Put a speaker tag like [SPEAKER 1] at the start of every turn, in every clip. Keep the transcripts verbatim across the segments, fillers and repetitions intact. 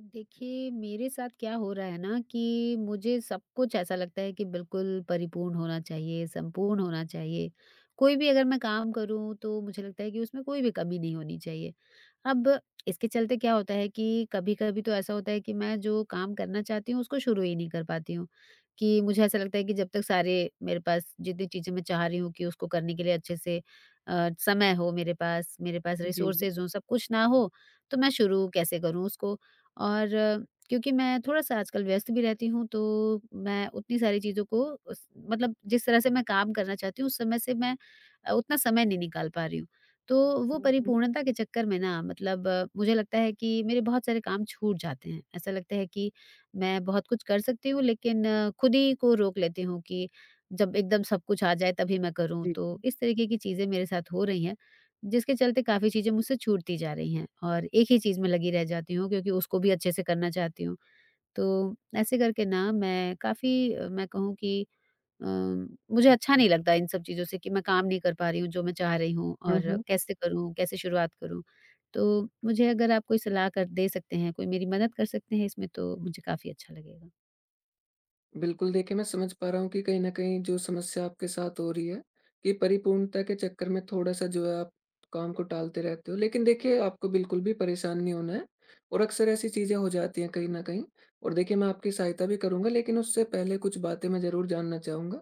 [SPEAKER 1] देखिए, मेरे साथ क्या हो रहा है ना कि मुझे सब कुछ ऐसा लगता है कि बिल्कुल परिपूर्ण होना चाहिए, संपूर्ण होना चाहिए। कोई भी अगर मैं काम करूँ तो मुझे लगता है कि उसमें कोई भी कमी नहीं होनी चाहिए। अब इसके चलते क्या होता है कि कभी-कभी तो ऐसा होता है कि मैं जो काम करना चाहती हूँ उसको शुरू ही नहीं कर पाती हूँ, कि मुझे ऐसा लगता है कि जब तक सारे मेरे पास जितनी चीज़ें मैं चाह रही हूँ कि उसको करने के लिए अच्छे से अ, समय हो मेरे पास, मेरे पास
[SPEAKER 2] जी।
[SPEAKER 1] रिसोर्सेज़ हों, सब कुछ ना हो, तो मैं शुरू कैसे करूँ उसको? और अ, क्योंकि मैं थोड़ा-सा आजकल व्यस्त भी रहती हूँ, तो मैं उतनी सारी चीज़ों को उस मतलब जिस तरह से मैं काम करना चाहती हूँ, उस समय से मैं अ, उतना समय नहीं निकाल पा रही हूँ। तो वो
[SPEAKER 2] हुँ, हुँ।
[SPEAKER 1] परिपूर्णता के चक्कर में ना मतलब अ, मुझे लगता है कि मेरे बहुत सारे काम छूट जाते हैं। ऐसा लगता है कि मैं बहुत कुछ कर सकती हूँ, लेकिन अ, खुद ही को रोक लेती हूँ कि जब एकदम सब कुछ आ जाए तभी मैं करूँ।
[SPEAKER 2] जी।
[SPEAKER 1] तो इस तरीके की चीज़ें मेरे साथ हो रही हैं जिसके चलते काफ़ी चीज़ें मुझसे छूटती जा रही हैं और एक ही चीज़ में लगी रह जाती हूँ क्योंकि उसको भी अच्छे से करना चाहती हूँ। तो ऐसे करके ना मैं काफ़ी अ, मैं कहूँ कि अ, मुझे अच्छा नहीं लगता इन सब चीज़ों से कि मैं काम नहीं कर पा रही हूँ जो मैं चाह रही हूँ
[SPEAKER 2] हुँ,
[SPEAKER 1] और
[SPEAKER 2] हुँ।
[SPEAKER 1] कैसे करूँ, कैसे शुरुआत करूँ? तो मुझे अगर आप कोई सलाह कर दे सकते हैं, कोई मेरी मदद कर सकते हैं इसमें तो मुझे काफ़ी अच्छा लगेगा।
[SPEAKER 2] बिल्कुल, देखिए मैं समझ पा रहा हूँ कि कहीं न कहीं जो समस्या आपके साथ हो रही है, कि परिपूर्णता के चक्कर में थोड़ा-सा जो है आप काम को टालते रहते हो। लेकिन देखिए आपको बिल्कुल भी परेशान नहीं होना है और अक्सर ऐसी चीज़ें हो जाती हैं कहीं न कहीं। और देखिए मैं आपकी सहायता भी करूँगा, लेकिन उससे पहले कुछ बातें मैं ज़रूर जानना चाहूँगा।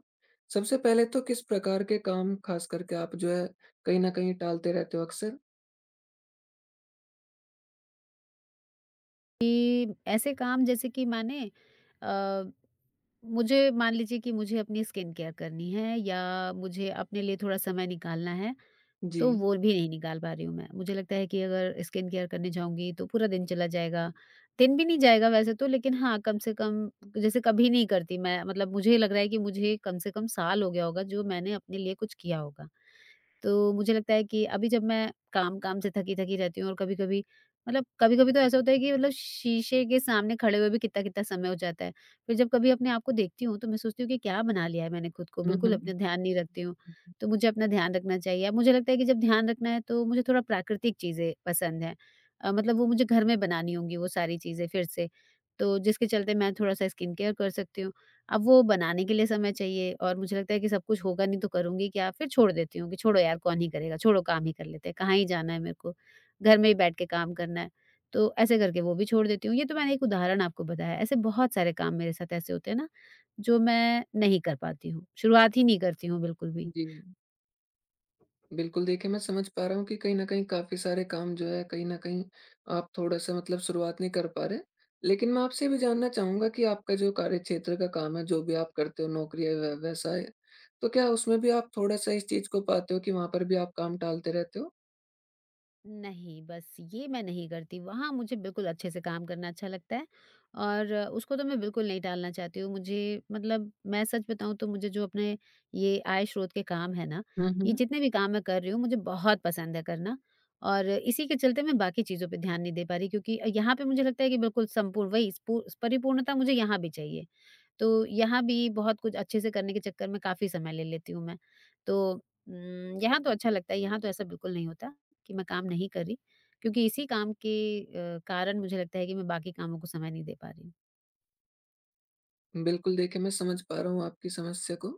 [SPEAKER 2] सबसे पहले तो किस प्रकार के काम ख़ास करके आप जो है कहीं न कहीं टालते रहते हो अक्सर?
[SPEAKER 1] कि ऐसे काम जैसे कि माने अ, मुझे मान लीजिए कि मुझे अपनी स्किन केयर करनी है या मुझे अपने लिए थोड़ा समय निकालना है
[SPEAKER 2] जी।
[SPEAKER 1] तो वो भी नहीं निकाल पा रही हूँ मैं। मुझे लगता है कि अगर स्किन केयर करने जाऊँगी तो पूरा दिन चला जाएगा। दिन भी नहीं जाएगा वैसे तो, लेकिन हाँ, कम से कम जैसे कभी नहीं करती मैं, मतलब मुझे लग रहा है कि मुझे कम से कम साल हो गया होगा जो मैंने अपने लिए कुछ किया होगा। तो मुझे लगता है कि अभी जब मैं काम-काम से थकी-थकी रहती हूँ और कभी-कभी मतलब कभी-कभी तो ऐसा होता है कि मतलब शीशे के सामने खड़े हुए भी कितना-कितना समय हो जाता है। फिर जब कभी अपने आप को देखती हूँ तो मैं सोचती हूँ कि क्या बना लिया है मैंने खुद को,
[SPEAKER 2] हुँ,
[SPEAKER 1] बिल्कुल
[SPEAKER 2] हुँ।
[SPEAKER 1] अपना ध्यान नहीं रखती हूँ। तो मुझे अपना ध्यान रखना चाहिए। अब मुझे लगता है कि जब ध्यान रखना है तो मुझे थोड़ा प्राकृतिक चीज़ें पसंद हैं। अ, मतलब वो मुझे घर में बनानी होंगी वो सारी चीज़ें फिर से। तो जिसके चलते मैं थोड़ा-सा स्किन केयर कर सकती हूँ। अब वो बनाने के लिए समय चाहिए और मुझे लगता है कि सब कुछ होगा नहीं तो करूँगी क्या? फिर छोड़ देती हूँ कि छोड़ो यार, कौन ही करेगा, छोड़ो काम ही कर लेते हैं, कहाँ ही जाना है मेरे को, घर में ही बैठ के काम करना है। तो ऐसे करके वो भी छोड़ देती हूँ। ये तो मैंने एक उदाहरण आपको बताया, ऐसे बहुत सारे काम मेरे साथ ऐसे होते हैं ना, जो मैं नहीं कर पाती हूँ, शुरुआत ही नहीं करती हूँ बिल्कुल भी।
[SPEAKER 2] जी। बिल्कुल, देखिए, मैं समझ पा रहा हूँ कि कहीं न कहीं काफ़ी सारे काम जो है, कहीं न कहीं आप थोड़ा-सा मतलब शुरुआत नहीं कर पा रहे। लेकिन मैं आपसे ये भी जानना चाहूँगा कि आपका जो कार्यक्षेत्र का काम है, जो भी आप करते हो, नौकरी या व्य व्यवसाय, है, तो क्या उसमें भी आप थोड़ा-सा इस चीज़ को पाते हो कि वहाँ पर भी आप काम टालते रहते हो?
[SPEAKER 1] नहीं, बस ये मैं नहीं करती, वहाँ मुझे बिल्कुल अच्छे से काम करना अच्छा लगता है और अ, उसको तो मैं बिल्कुल नहीं टालना चाहती हूँ। मुझे मतलब, मैं सच बताऊँ तो मुझे जो अपने ये आय स्रोत के काम है ना,
[SPEAKER 2] हुँ,
[SPEAKER 1] ये
[SPEAKER 2] हुँ।
[SPEAKER 1] जितने भी काम मैं कर रही हूँ, मुझे बहुत पसंद है करना और इसी के चलते मैं बाकी चीज़ों पे ध्यान नहीं दे पा रही, क्योंकि यहाँ पे मुझे लगता है कि बिल्कुल संपूर्ण, वही स्पू परिपूर्णता मुझे यहाँ भी चाहिए। तो यहाँ भी बहुत कुछ अच्छे से करने के चक्कर में काफ़ी समय ले लेती हूँ मैं। तो उम, यहाँ तो अच्छा लगता है, यहाँ तो ऐसा बिल्कुल नहीं होता कि मैं काम नहीं कर रही, क्योंकि इसी काम के अ, कारण मुझे लगता है कि मैं बाकी कामों को समय नहीं दे पा रही हूँ।
[SPEAKER 2] बिल्कुल, देखिए मैं समझ पा रहा हूँ आपकी समस्या को।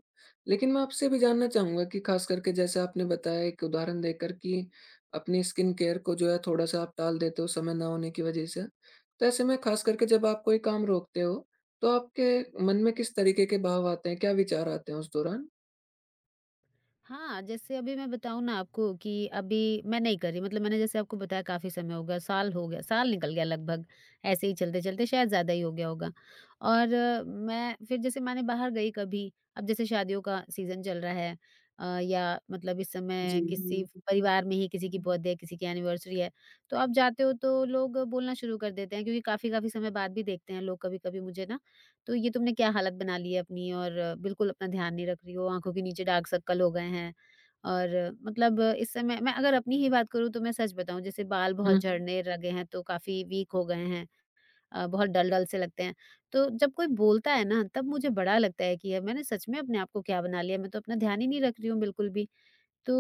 [SPEAKER 2] लेकिन मैं आपसे भी जानना चाहूँगा कि ख़ास करके जैसे आपने बताया एक उदाहरण देकर कि अपनी स्किन केयर को जो है थोड़ा-सा आप टाल देते हो समय ना होने की वज़ह से। तो ऐसे में ख़ास करके जब आप कोई काम रोकते हो, तो आपके मन में किस तरीके के भाव आते हैं? क्या विचार आते हैं उस दौरान?
[SPEAKER 1] हाँ, जैसे अभी मैं बताऊँ ना आपको कि अभी मैं नहीं करी, मतलब मैंने जैसे आपको बताया काफ़ी समय हो गया, साल हो गया, साल निकल गया लगभग, ऐसे ही चलते-चलते शायद ज़्यादा ही हो गया होगा। और अ, मैं फिर जैसे मैंने बाहर गई कभी, अब जैसे शादियों का सीज़न चल रहा है अ, या मतलब इस
[SPEAKER 2] जी।
[SPEAKER 1] समय किसी परिवार में ही किसी की बर्थडे है, किसी की एनिवर्सरी है, तो आप जाते हो तो लोग बोलना शुरू कर देते हैं, क्योंकि काफ़ी-काफ़ी समय बाद भी देखते हैं लोग कभी-कभी मुझे ना, तो ये तुमने क्या हालत बना ली है अपनी और बिल्कुल अपना ध्यान नहीं रख रही हो, आँखों के नीचे डार्क सर्कल हो गए हैं। और मतलब इस समय मैं अगर अपनी ही बात करूँ तो मैं सच बताऊँ, जैसे बाल बहुत
[SPEAKER 2] हुँ।
[SPEAKER 1] झड़ने लगे हैं तो काफ़ी वीक हो गए हैं, अ, बहुत डल-डल से लगते हैं। तो जब कोई बोलता है ना तब मुझे बड़ा लगता है कि यार मैंने सच में अपने आप को क्या बना लिया, मैं तो अपना ध्यान ही नहीं रख रही हूँ बिल्कुल भी। तो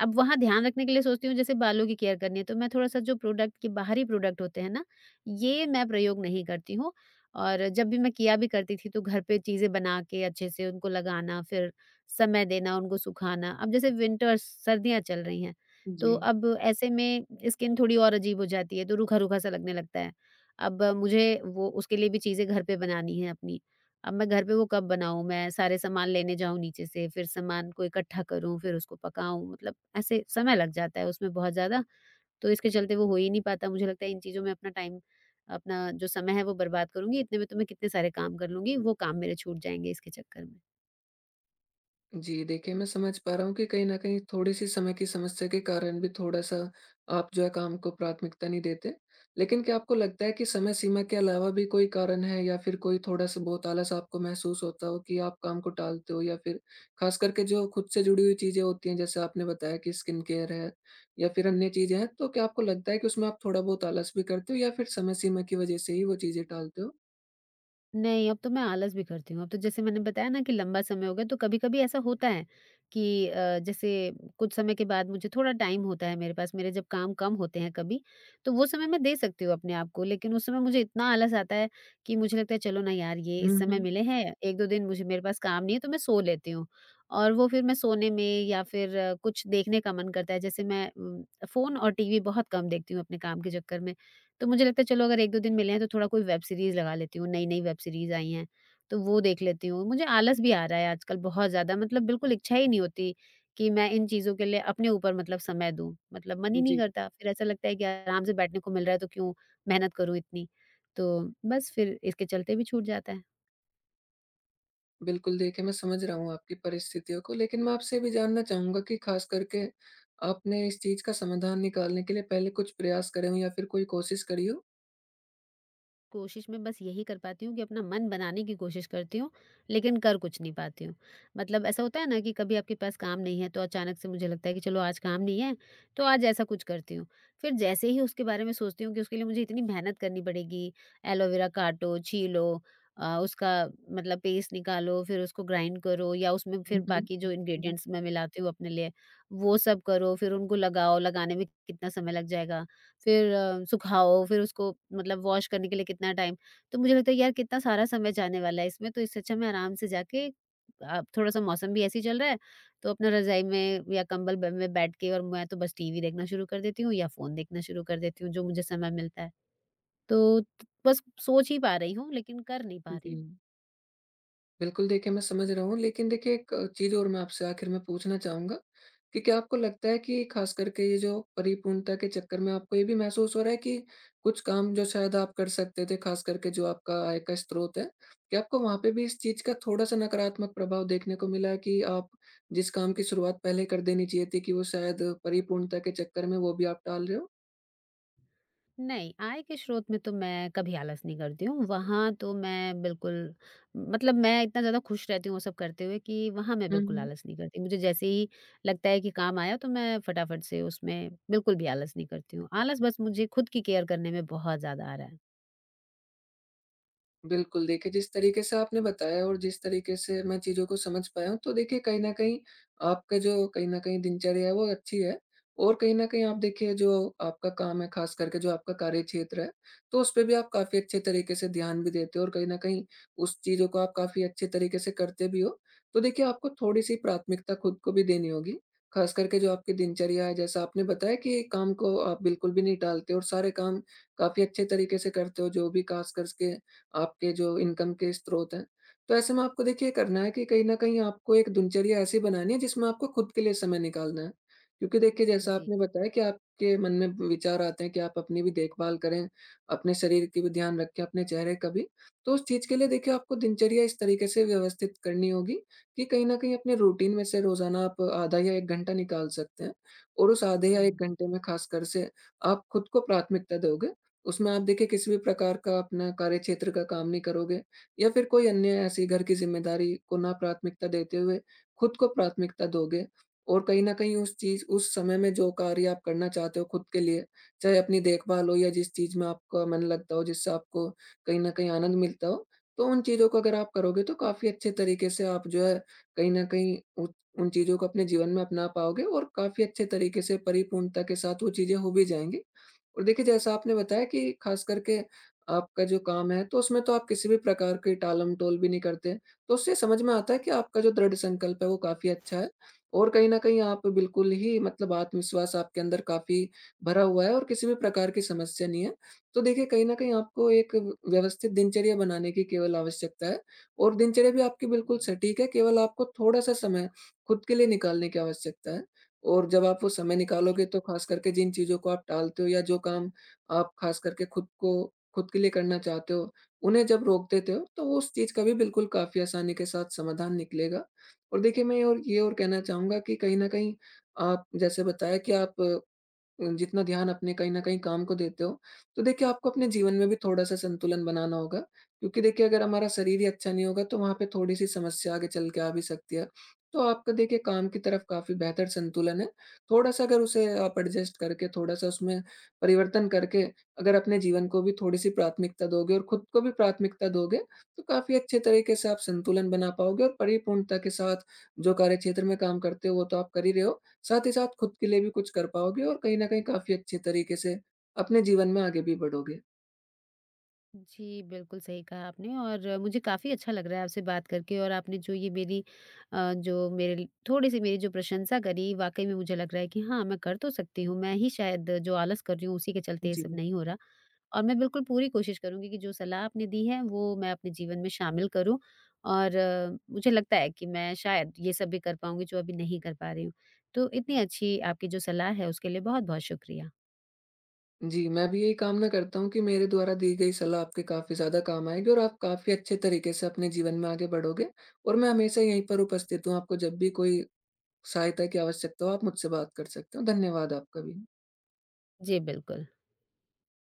[SPEAKER 1] अब वहाँ ध्यान रखने के लिए सोचती हूँ, जैसे बालों की केयर करनी है तो मैं थोड़ा-सा, जो प्रोडक्ट के बाहरी प्रोडक्ट होते हैं ना, ये मैं प्रयोग नहीं करती हूँ और जब भी मैं किया भी करती थी तो घर पे चीज़ें बना के अच्छे से उनको लगाना, फिर समय देना, उनको सुखाना। अब जैसे विंटर्स, सर्दियाँ चल रही हैं, तो
[SPEAKER 2] जी।
[SPEAKER 1] अब ऐसे में स्किन थोड़ी और अजीब हो जाती है, तो रूखा-रूखा सा लगने लगता है। अब मुझे वो उसके लिए भी चीज़ें घर पे बनानी है अपनी। अब मैं घर पे वो कब बनाऊँ? मैं सारे सामान लेने जाऊँ नीचे से, फिर सामान को इकट्ठा करूँ, फिर उसको पकाऊँ, मतलब ऐसे समय लग जाता है उसमें बहुत ज़्यादा, तो इसके चलते वो हो ही नहीं पाता। मुझे लगता है इन चीज़ों में अपना टाइम, अपना जो समय है वो बर्बाद करूँगी, इतने में तो मैं कितने सारे काम कर लूँगी, वो काम मेरे छूट जाएँगे इसके चक्कर में।
[SPEAKER 2] जी, देखिए मैं समझ पा रहा हूँ कि कहीं न कहीं थोड़ी-सी समय की समस्या के कारण भी थोड़ा-सा आप जो है काम को प्राथमिकता नहीं देते। लेकिन क्या आपको लगता है कि समय सीमा के अलावा भी कोई कारण है या फिर कोई थोड़ा-सा बहुत आलस आपको महसूस होता हो कि आप काम को टालते हो, या फिर ख़ास करके जो खुद से जुड़ी हुई चीज़ें होती हैं, जैसे आपने बताया कि स्किन केयर है या फिर अन्य चीज़ें हैं, तो क्या आपको लगता है कि उसमें आप थोड़ा बहुत आलस भी करते हो या फिर समय सीमा की वज़ह से ही वो चीज़ें टालते हो?
[SPEAKER 1] नहीं, अब तो मैं आलस भी करती हूँ। अब तो जैसे मैंने बताया ना कि लंबा समय हो गया, तो कभी-कभी ऐसा होता है कि अ, जैसे कुछ समय के बाद मुझे थोड़ा टाइम होता है मेरे पास, मेरे जब काम कम होते हैं कभी, तो वो समय मैं दे सकती हूँ अपने आप को। लेकिन उस समय मुझे इतना आलस आता है कि मुझे लगता है, "चलो ना यार, ये
[SPEAKER 2] हुँ,
[SPEAKER 1] इस समय
[SPEAKER 2] हुँ।
[SPEAKER 1] मिले हैं, एक दो दिन मुझे मेरे पास काम नहीं है, तो मैं सो लेती हूँ।" और वो फिर मैं सोने में या फिर अ, कुछ देखने का मन करता है। जैसे मैं उम, फ़ोन और टीवी बहुत कम देखती हूँ अपने काम के चक्कर में। तो मुझे लगता है चलो अगर एक दो दिन मिले हैं तो थोड़ा कोई वेब सीरीज़ लगा लेती हूँ, नई-नई वेब सीरीज़ आई हैं, तो वो देख लेती हूँ। मुझे आलस भी आ रहा है आजकल बहुत ज़्यादा, मतलब बिल्कुल इच्छा ही नहीं होती कि मैं इन चीज़ों के लिए अपने ऊपर, मतलब समय दूँ, मतलब मन ही नहीं
[SPEAKER 2] जी।
[SPEAKER 1] करता। फिर ऐसा लगता है कि आराम से बैठने को मिल रहा है तो क्यों मेहनत करूँ इतनी? तो बस फिर इसके चलते भी छूट जाता है।
[SPEAKER 2] बिल्कुल, देखिए मैं समझ रहा हूँ आपकी परिस्थितियों को, लेकिन मैं आपसे ये भी जानना चाहूँगा कि ख़ास करके आपने इस चीज़ का समाधान निकालने के लिए पहले कुछ प्रयास करे हों या फिर कोई कोशिश करी हो?
[SPEAKER 1] कोशिश में बस यही कर पाती हूँ कि अपना मन बनाने की कोशिश करती हूँ, लेकिन कर कुछ नहीं पाती हूँ। मतलब ऐसा होता है ना कि कभी आपके पास काम नहीं है, तो अचानक से मुझे लगता है कि चलो आज काम नहीं है, तो आज ऐसा कुछ करती हूँ। फिर जैसे ही उसके बारे में सोचती हूँ कि उसके लिए मुझे इतनी मेहनत करनी पड़ेगी, एलोवेरा काटो, छीलो, अ, उसका मतलब पेस्ट निकालो, फिर उसको ग्राइंड करो या उसमें फिर
[SPEAKER 2] हुँ,
[SPEAKER 1] बाकी जो
[SPEAKER 2] हुँ।
[SPEAKER 1] इंग्रीडिएंट्स मैं मिलाती हूँ अपने लिए, वो सब करो, फिर उनको लगाओ, लगाने में कितना समय लग जाएगा। फिर अ, सुखाओ, फिर उसको मतलब वॉश करने के लिए कितना टाइम। तो मुझे लगता है यार कितना सारा समय जाने वाला है इसमें, तो इससे अच्छा मैं आराम से जाके, अब थोड़ा-सा मौसम भी ऐसे ही चल रहा है, तो अपना रज़ाई में या कंबल ब में बैठ के और मैं तो बस टीवी देखना शुरू कर देती हूँ या फ़ोन देखना शुरू कर देती हूँ, जो मुझे समय मिलता है। तो बस सोच ही पा रही हूँ, लेकिन कर नहीं पा रही
[SPEAKER 2] जी।
[SPEAKER 1] हूँ।
[SPEAKER 2] बिल्कुल, देखिए मैं समझ रहा हूँ। लेकिन देखिए एक चीज़ और मैं आपसे आखिर में पूछना चाहूँगा कि क्या आपको लगता है कि ख़ास करके ये जो परिपूर्णता के चक्कर में आपको ये भी महसूस हो रहा है कि कुछ काम जो शायद आप कर सकते थे, ख़ास करके जो आपका आय का स्रोत है, क्या आपको वहाँ पे भी इस चीज़ का थोड़ा-सा नकारात्मक प्रभाव देखने को मिला है कि आप जिस काम की शुरुआत पहले कर देनी चाहिए थी कि वो शायद परिपूर्णता के चक्कर में वो भी आप टाल रहे
[SPEAKER 1] नहीं, आय के स्रोत में तो मैं कभी आलस नहीं करती हूँ, वहाँ तो मैं बिल्कुल, मतलब मैं इतना ज़्यादा खुश रहती हूँ वो सब करते हुए कि वहाँ मैं बिल्कुल
[SPEAKER 2] हो?
[SPEAKER 1] आलस नहीं करती। मुझे जैसे ही लगता है कि काम आया तो मैं फटाफट से उसमें बिल्कुल भी आलस नहीं करती हूँ। आलस बस मुझे खुद की केयर करने में बहुत ज़्यादा आ रहा है।
[SPEAKER 2] बिल्कुल, देखिए जिस तरीके से आपने बताया और जिस तरीके से मैं चीज़ों को समझ पाया हूँ, तो देखिए कहीं न कहीं आपका जो कहीं न कहीं दिनचर्या है वो अच्छी है, और कहीं न कहीं आप देखिए जो आपका काम है, ख़ास करके जो आपका कार्यक्षेत्र है, तो उसपे भी आप काफ़ी अच्छे तरीके से ध्यान भी देते हो और कहीं न कहीं उस चीज़ों को आप काफ़ी अच्छे तरीके से करते भी हो। तो देखिए आपको थोड़ी-सी प्राथमिकता खुद को भी देनी होगी, ख़ास करके जो आपकी दिनचर्या है, जैसा आपने बताया कि काम को आप बिल्कुल भी नहीं टालते और सारे काम काफ़ी अच्छे तरीके से करते हो, जो भी ख़ास कर के आपके जो इनकम के स्रोत हैं। तो ऐसे में आपको देखिए करना है कि कहीं न कहीं आपको एक दिनचर्या ऐसी बनानी है जिसमें आपको खुद के लिए समय निकालना है। क्योंकि देखिए जैसा
[SPEAKER 1] जी।
[SPEAKER 2] आपने बताया कि आपके मन में विचार आते हैं कि आप अपनी भी देखभाल करें, अपने शरीर की भी ध्यान रखें, अपने चेहरे का भी। तो उस चीज़ के लिए देखिए आपको दिनचर्या इस तरीके से व्यवस्थित करनी होगी कि कहीं न कहीं अपने रूटीन में से रोज़ाना आप आधा या एक घंटा निकाल सकते हैं, और उस आधे या
[SPEAKER 1] हुँ,
[SPEAKER 2] एक घंटे में ख़ासकर से आप खुद को प्राथमिकता दोगे। उसमें आप देखिए किसी भी प्रकार का अपना कार्यक्षेत्र का काम नहीं करोगे या फिर कोई अन्य ऐसी घर की ज़िम्मेदारी को ना प्राथमिकता देते हुए खुद को प्राथमिकता दोगे, और कहीं न कहीं उस चीज़ उस समय में जो कार्य आप करना चाहते हो खुद के लिए, चाहे अपनी देखभाल हो या जिस चीज़ में आपका मन लगता हो, जिससे आपको कहीं न कहीं आनंद मिलता हो, तो उन चीज़ों को अगर आप करोगे तो काफ़ी अच्छे तरीके से आप जो है कहीं न कहीं उ उन चीज़ों को अपने जीवन में अपना पाओगे और काफ़ी अच्छे तरीके से परिपूर्णता के साथ वो चीज़ें हो भी जाएँगी। और देखिए जैसा आपने बताया कि खास करके आपका जो काम है, तो उसमें तो आप किसी भी प्रकार की टालम-टोल भी नहीं करते। तो उससे समझ में आता है कि आपका जो दृढ़ संकल्प है वो काफ़ी अच्छा है, और कहीं न कहीं आप बिल्कुल ही मतलब आत्मविश्वास आपके अंदर काफ़ी भरा हुआ है और किसी भी प्रकार की समस्या नहीं है। तो देखिए कहीं न कहीं आपको एक व्यवस्थित दिनचर्या बनाने की केवल आवश्यकता है, और दिनचर्या भी आपकी बिल्कुल
[SPEAKER 1] हुँ।
[SPEAKER 2] सटीक है, केवल आपको थोड़ा-सा समय खुद के लिए निकालने की आवश्यकता है। और जब आप वो समय
[SPEAKER 1] जी।
[SPEAKER 2] निकालोगे तो खास करके जिन चीज़ों को आप टालते हो या जो काम आप खास करके खुद को खुद के लिए करना चाहते हो, उन्हें जब रोक देते हो, तो उस चीज़ का भी बिल्कुल काफ़ी आसानी के साथ समाधान निकलेगा। और देखिए मैं और ये और कहना चाहूँगा कि कहीं न कहीं आप जैसे बताया कि आप जितना ध्यान अपने कहीं न कहीं काम को देते हो, तो देखिए आपको अपने जीवन में भी थोड़ा-सा संतुलन बनाना होगा। क्योंकि देखिए अगर हमारा शरीर ही अच्छा नहीं होगा तो वहाँ पे थोड़ी-सी समस्या आगे चल के आ भी सकती है। तो आपका देखिए काम की तरफ काफ़ी बेहतर संतुलन है। थोड़ा-सा अगर उसे आप एडजस्ट करके, थोड़ा-सा उसमें परिवर्तन करके, अगर अपने जीवन को भी थोड़ी-सी प्राथमिकता दोगे और खुद को भी प्राथमिकता दोगे, तो काफ़ी अच्छे तरीके से आप संतुलन बना पाओगे और परिपूर्णता के साथ जो कार्यक्षेत्र में काम करते हो वो तो आप कर ही रहे हो। साथ ही साथ खुद के लिए भी कुछ कर पाओगे और कहीं न कहीं काफ़ी अच्छे तरीके से अपने जीवन में आगे भी बढ़ोगे।
[SPEAKER 1] जी, बिल्कुल सही कहा आपने और अ, मुझे काफ़ी अच्छा लग रहा है आपसे बात करके और आपने जो ये मेरी अ, जो मेरे लि थोड़ी-सी मेरी जो प्रशंसा करी, वाक़ई में मुझे लग रहा है कि हाँ, मैं कर तो सकती हूँ। मैं ही शायद जो आलस कर रही हूँ, उसी के चलते ये
[SPEAKER 2] जी।
[SPEAKER 1] सब नहीं हो रहा और मैं बिल्कुल पूरी कोशिश करूँगी कि जो सलाह आपने दी है, वो मैं अपने जीवन में शामिल करूँ और अ, मुझे लगता है कि मैं शायद ये सब भी कर पाऊँगी, जो अभी नहीं कर पा रही हूँ। तो इतनी अच्छी आपकी जो सलाह है, उसके लिए बहुत-बहुत शुक्रिया।
[SPEAKER 2] जी, मैं भी यही कामना करता हूँ कि मेरे द्वारा दी गई सलाह आपके काफ़ी ज़्यादा काम आएगी और आप काफ़ी अच्छे तरीके से अपने जीवन में आगे बढ़ोगे, और मैं हमेशा यहीं पर उपस्थित हूँ, आपको जब भी कोई सहायता की आवश्यकता हो, आप मुझसे बात कर सकते हो। धन्यवाद आपका भी।
[SPEAKER 1] जी, बिल्कुल।